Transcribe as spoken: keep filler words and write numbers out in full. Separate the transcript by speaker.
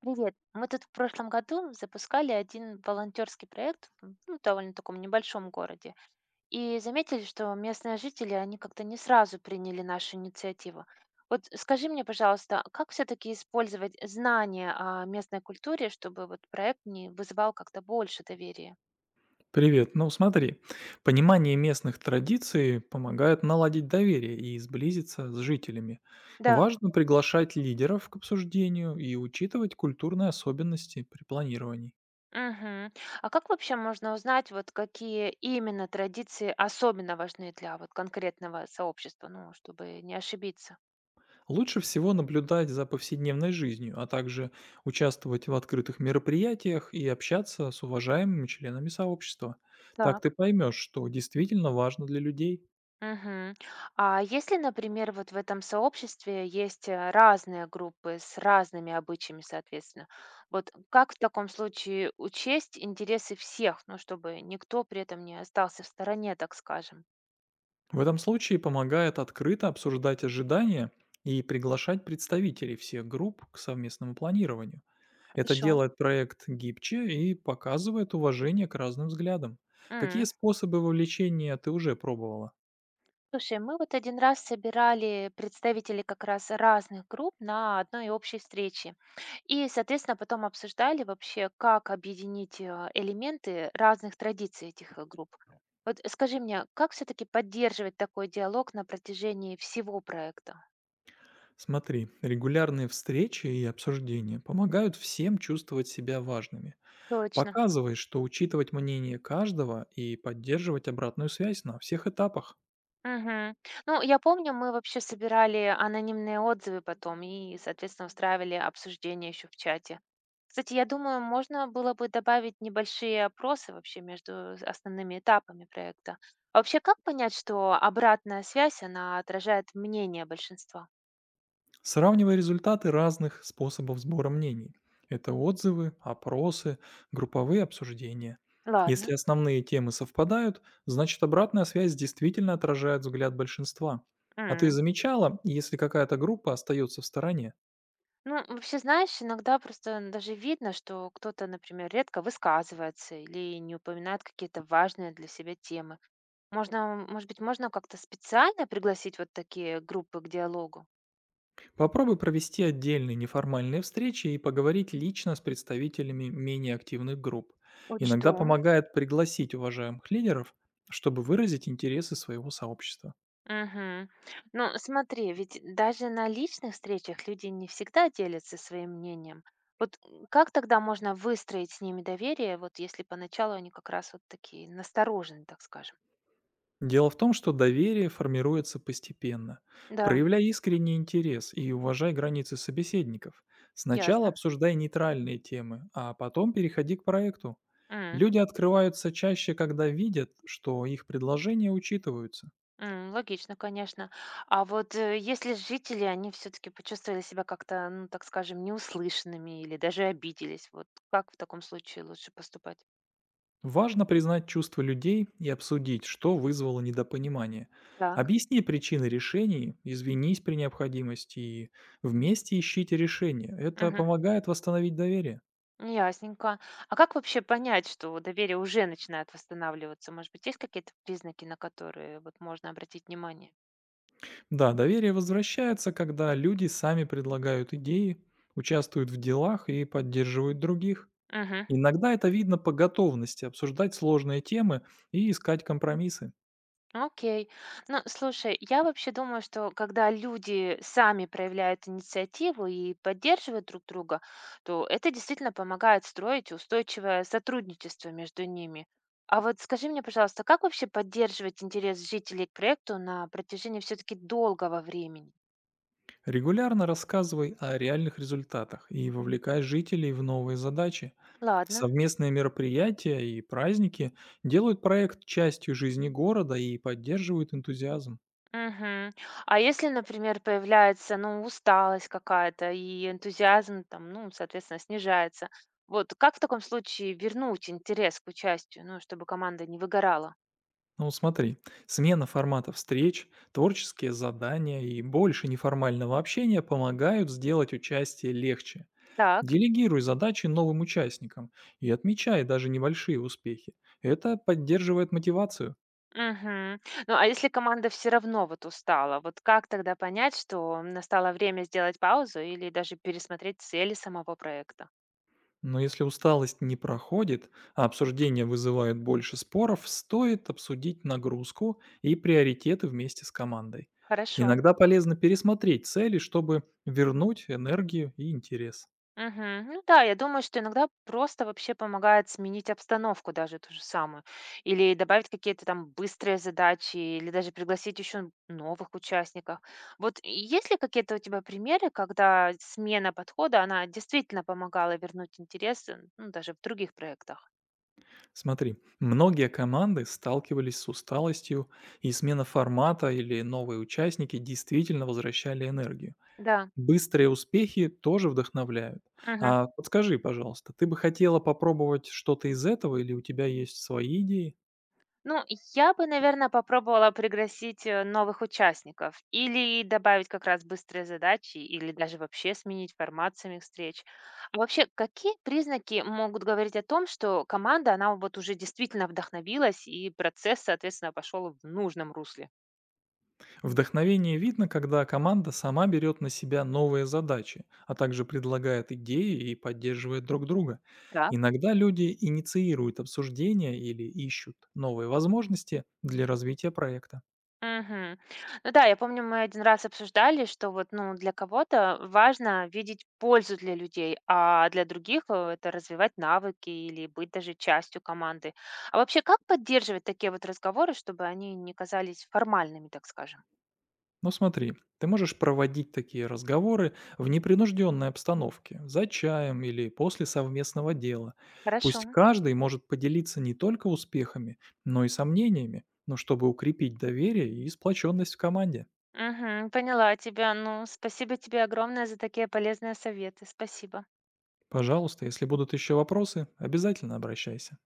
Speaker 1: Привет. Мы тут в прошлом году запускали один волонтерский проект в, ну, довольно таком небольшом городе, и заметили, что местные жители, они как-то не сразу приняли нашу инициативу. Вот скажи мне, пожалуйста, как все-таки использовать знания о местной культуре, чтобы вот проект не вызывал как-то больше доверия?
Speaker 2: Привет. Ну смотри, понимание местных традиций помогает наладить доверие и сблизиться с жителями.
Speaker 1: Да.
Speaker 2: Важно приглашать лидеров к обсуждению и учитывать культурные особенности при планировании.
Speaker 1: Мгм. А как вообще можно узнать, вот какие именно традиции особенно важны для вот конкретного сообщества, ну, чтобы не ошибиться?
Speaker 2: Лучше всего наблюдать за повседневной жизнью, а также участвовать в открытых мероприятиях и общаться с уважаемыми членами сообщества. Так ты
Speaker 1: Так.
Speaker 2: поймешь, что действительно важно для людей.
Speaker 1: Мгм. А если, например, вот в этом сообществе есть э, разные группы с разными обычаями, соответственно, вот как в таком случае учесть интересы всех, ну, чтобы никто при этом не остался в стороне, так скажем?
Speaker 2: В этом случае помогает открыто обсуждать ожидания и приглашать представителей всех групп к совместному планированию. Это
Speaker 1: Хорошо.
Speaker 2: делает проект гибче и показывает уважение к разным взглядам. Какие
Speaker 1: М.
Speaker 2: способы вовлечения ты уже пробовала?
Speaker 1: Слушай, мы вот один раз собирали представителей как раз разных групп на одной общей встрече. И, соответственно, потом обсуждали вообще, как объединить э, элементы разных традиций этих э, групп. Вот скажи мне, как все-таки поддерживать такой диалог на протяжении всего проекта?
Speaker 2: Смотри, регулярные встречи и обсуждения помогают всем чувствовать себя важными.
Speaker 1: Точно.
Speaker 2: Показывай, что учитывать мнение каждого и поддерживать обратную связь на всех этапах.
Speaker 1: Мгм. Ну, я помню, мы вообще собирали анонимные отзывы потом и, соответственно, устраивали обсуждение еще в чате. Кстати, я думаю, можно было бы добавить небольшие опросы вообще между основными этапами проекта. А вообще, как понять, что обратная связь, она отражает мнение большинства?
Speaker 2: Сравнивая результаты разных способов сбора мнений. Это отзывы, опросы, групповые обсуждения. Если
Speaker 1: Ладно.
Speaker 2: основные темы совпадают, значит обратная связь действительно отражает взгляд большинства. А ты
Speaker 1: М.
Speaker 2: замечала, если какая-то группа остается в стороне?
Speaker 1: Ну, вообще, знаешь, иногда просто даже видно, что кто-то, например, редко высказывается или не упоминает какие-то важные для себя темы. Можно, может быть, можно как-то специально пригласить вот такие группы к диалогу?
Speaker 2: Попробуй провести отдельные неформальные встречи и поговорить лично с представителями менее активных групп.
Speaker 1: Учту.
Speaker 2: Иногда помогает пригласить уважаемых лидеров, чтобы выразить интересы своего сообщества.
Speaker 1: Мгм. Ну, смотри, ведь даже на личных встречах люди не всегда делятся своим мнением. Вот м, как тогда можно выстроить с ними доверие, вот если поначалу они как раз вот такие настороженные, так скажем?
Speaker 2: Дело в том, что доверие формируется постепенно.
Speaker 1: Да,
Speaker 2: Проявляй искренний интерес и уважай границы собеседников. Сначала
Speaker 1: ясно.
Speaker 2: обсуждай нейтральные темы, а потом переходи к проекту. Люди открываются чаще, когда видят, что их предложения учитываются.
Speaker 1: М, логично, конечно. А вот, э, если жители, они все таки почувствовали себя как-то, ну, так скажем, неуслышанными или даже обиделись, вот как в таком случае лучше поступать?
Speaker 2: Важно признать чувства людей и обсудить, что вызвало недопонимание.
Speaker 1: Так.
Speaker 2: Объясни причины решений, извинись при необходимости и вместе ищите решение. Это
Speaker 1: Мгм.
Speaker 2: помогает восстановить доверие.
Speaker 1: Ясненько. А как вообще понять, что доверие уже начинает восстанавливаться? Может быть, есть какие-то признаки, на которые вот можно обратить внимание?
Speaker 2: Да, доверие возвращается, когда люди сами предлагают идеи, участвуют в делах и поддерживают других.
Speaker 1: Мгм.
Speaker 2: Иногда это видно по готовности обсуждать сложные темы и искать компромиссы.
Speaker 1: Окей. Ну, слушай, я вообще думаю, что когда люди сами проявляют инициативу и поддерживают друг друга, то это действительно помогает строить устойчивое сотрудничество между ними. А вот скажи мне, пожалуйста, как вообще поддерживать интерес жителей к проекту на протяжении все-таки долгого времени?
Speaker 2: Регулярно рассказывай о реальных результатах и вовлекай жителей в новые задачи.
Speaker 1: Ладно.
Speaker 2: Совместные мероприятия и праздники делают проект частью жизни города и поддерживают энтузиазм.
Speaker 1: Мгм. А если, например, появляется, ну, усталость какая-то и энтузиазм там, ну, соответственно, снижается, вот как в таком случае вернуть интерес к участию, ну, чтобы команда не выгорала?
Speaker 2: Ну вот смотри, смена формата встреч, творческие задания и больше неформального общения помогают сделать участие легче.
Speaker 1: Так.
Speaker 2: Делегируй задачи новым участникам и отмечай даже небольшие успехи. Это поддерживает мотивацию.
Speaker 1: Мгм. Ну, а если команда все равно вот устала, вот как тогда понять, что настало время сделать паузу или даже пересмотреть цели самого проекта?
Speaker 2: Но если усталость не проходит, а обсуждение вызывает больше споров, стоит обсудить нагрузку и приоритеты вместе с командой.
Speaker 1: Хорошо.
Speaker 2: Иногда полезно пересмотреть цели, чтобы вернуть энергию и интерес.
Speaker 1: Мгм. Ну да, я думаю, что иногда просто вообще помогает сменить обстановку даже ту же самую. Или добавить какие-то там быстрые задачи, или даже пригласить еще новых участников. Вот есть ли какие-то у тебя примеры, когда смена подхода, она действительно помогала вернуть интерес, э, ну, даже в других проектах?
Speaker 2: Смотри, многие команды сталкивались с усталостью, и смена формата или новые участники действительно возвращали энергию.
Speaker 1: Да.
Speaker 2: Быстрые успехи тоже вдохновляют.
Speaker 1: Мгм.
Speaker 2: А подскажи, пожалуйста, ты бы хотела попробовать что-то из этого или у тебя есть свои идеи?
Speaker 1: Ну, я бы, наверное, попробовала пригласить э, новых участников или добавить как раз быстрые задачи, или даже вообще сменить формат самих встреч. А вообще, какие признаки могут говорить о том, что команда, она вот уже действительно вдохновилась, и процесс, соответственно, пошел в нужном русле?
Speaker 2: Вдохновение видно, когда команда сама берет на себя новые задачи, а также предлагает идеи и поддерживает друг друга.
Speaker 1: Так.
Speaker 2: Иногда люди инициируют обсуждения или ищут новые возможности для развития проекта.
Speaker 1: Мгм. Ну да, я помню, мы один раз обсуждали, что вот, ну, для кого-то важно видеть пользу для людей, а для других, э, это развивать навыки или быть даже частью команды. А вообще, как поддерживать такие вот разговоры, чтобы они не казались формальными, так скажем?
Speaker 2: Ну смотри, ты можешь проводить такие разговоры в непринужденной обстановке, за чаем или после совместного дела.
Speaker 1: Хорошо.
Speaker 2: Пусть каждый может поделиться не только успехами, но и сомнениями, но чтобы укрепить доверие и сплоченность в команде.
Speaker 1: Мгм. Поняла тебя. Ну, спасибо тебе огромное за такие полезные советы. Спасибо.
Speaker 2: Пожалуйста, если будут еще вопросы, обязательно обращайся.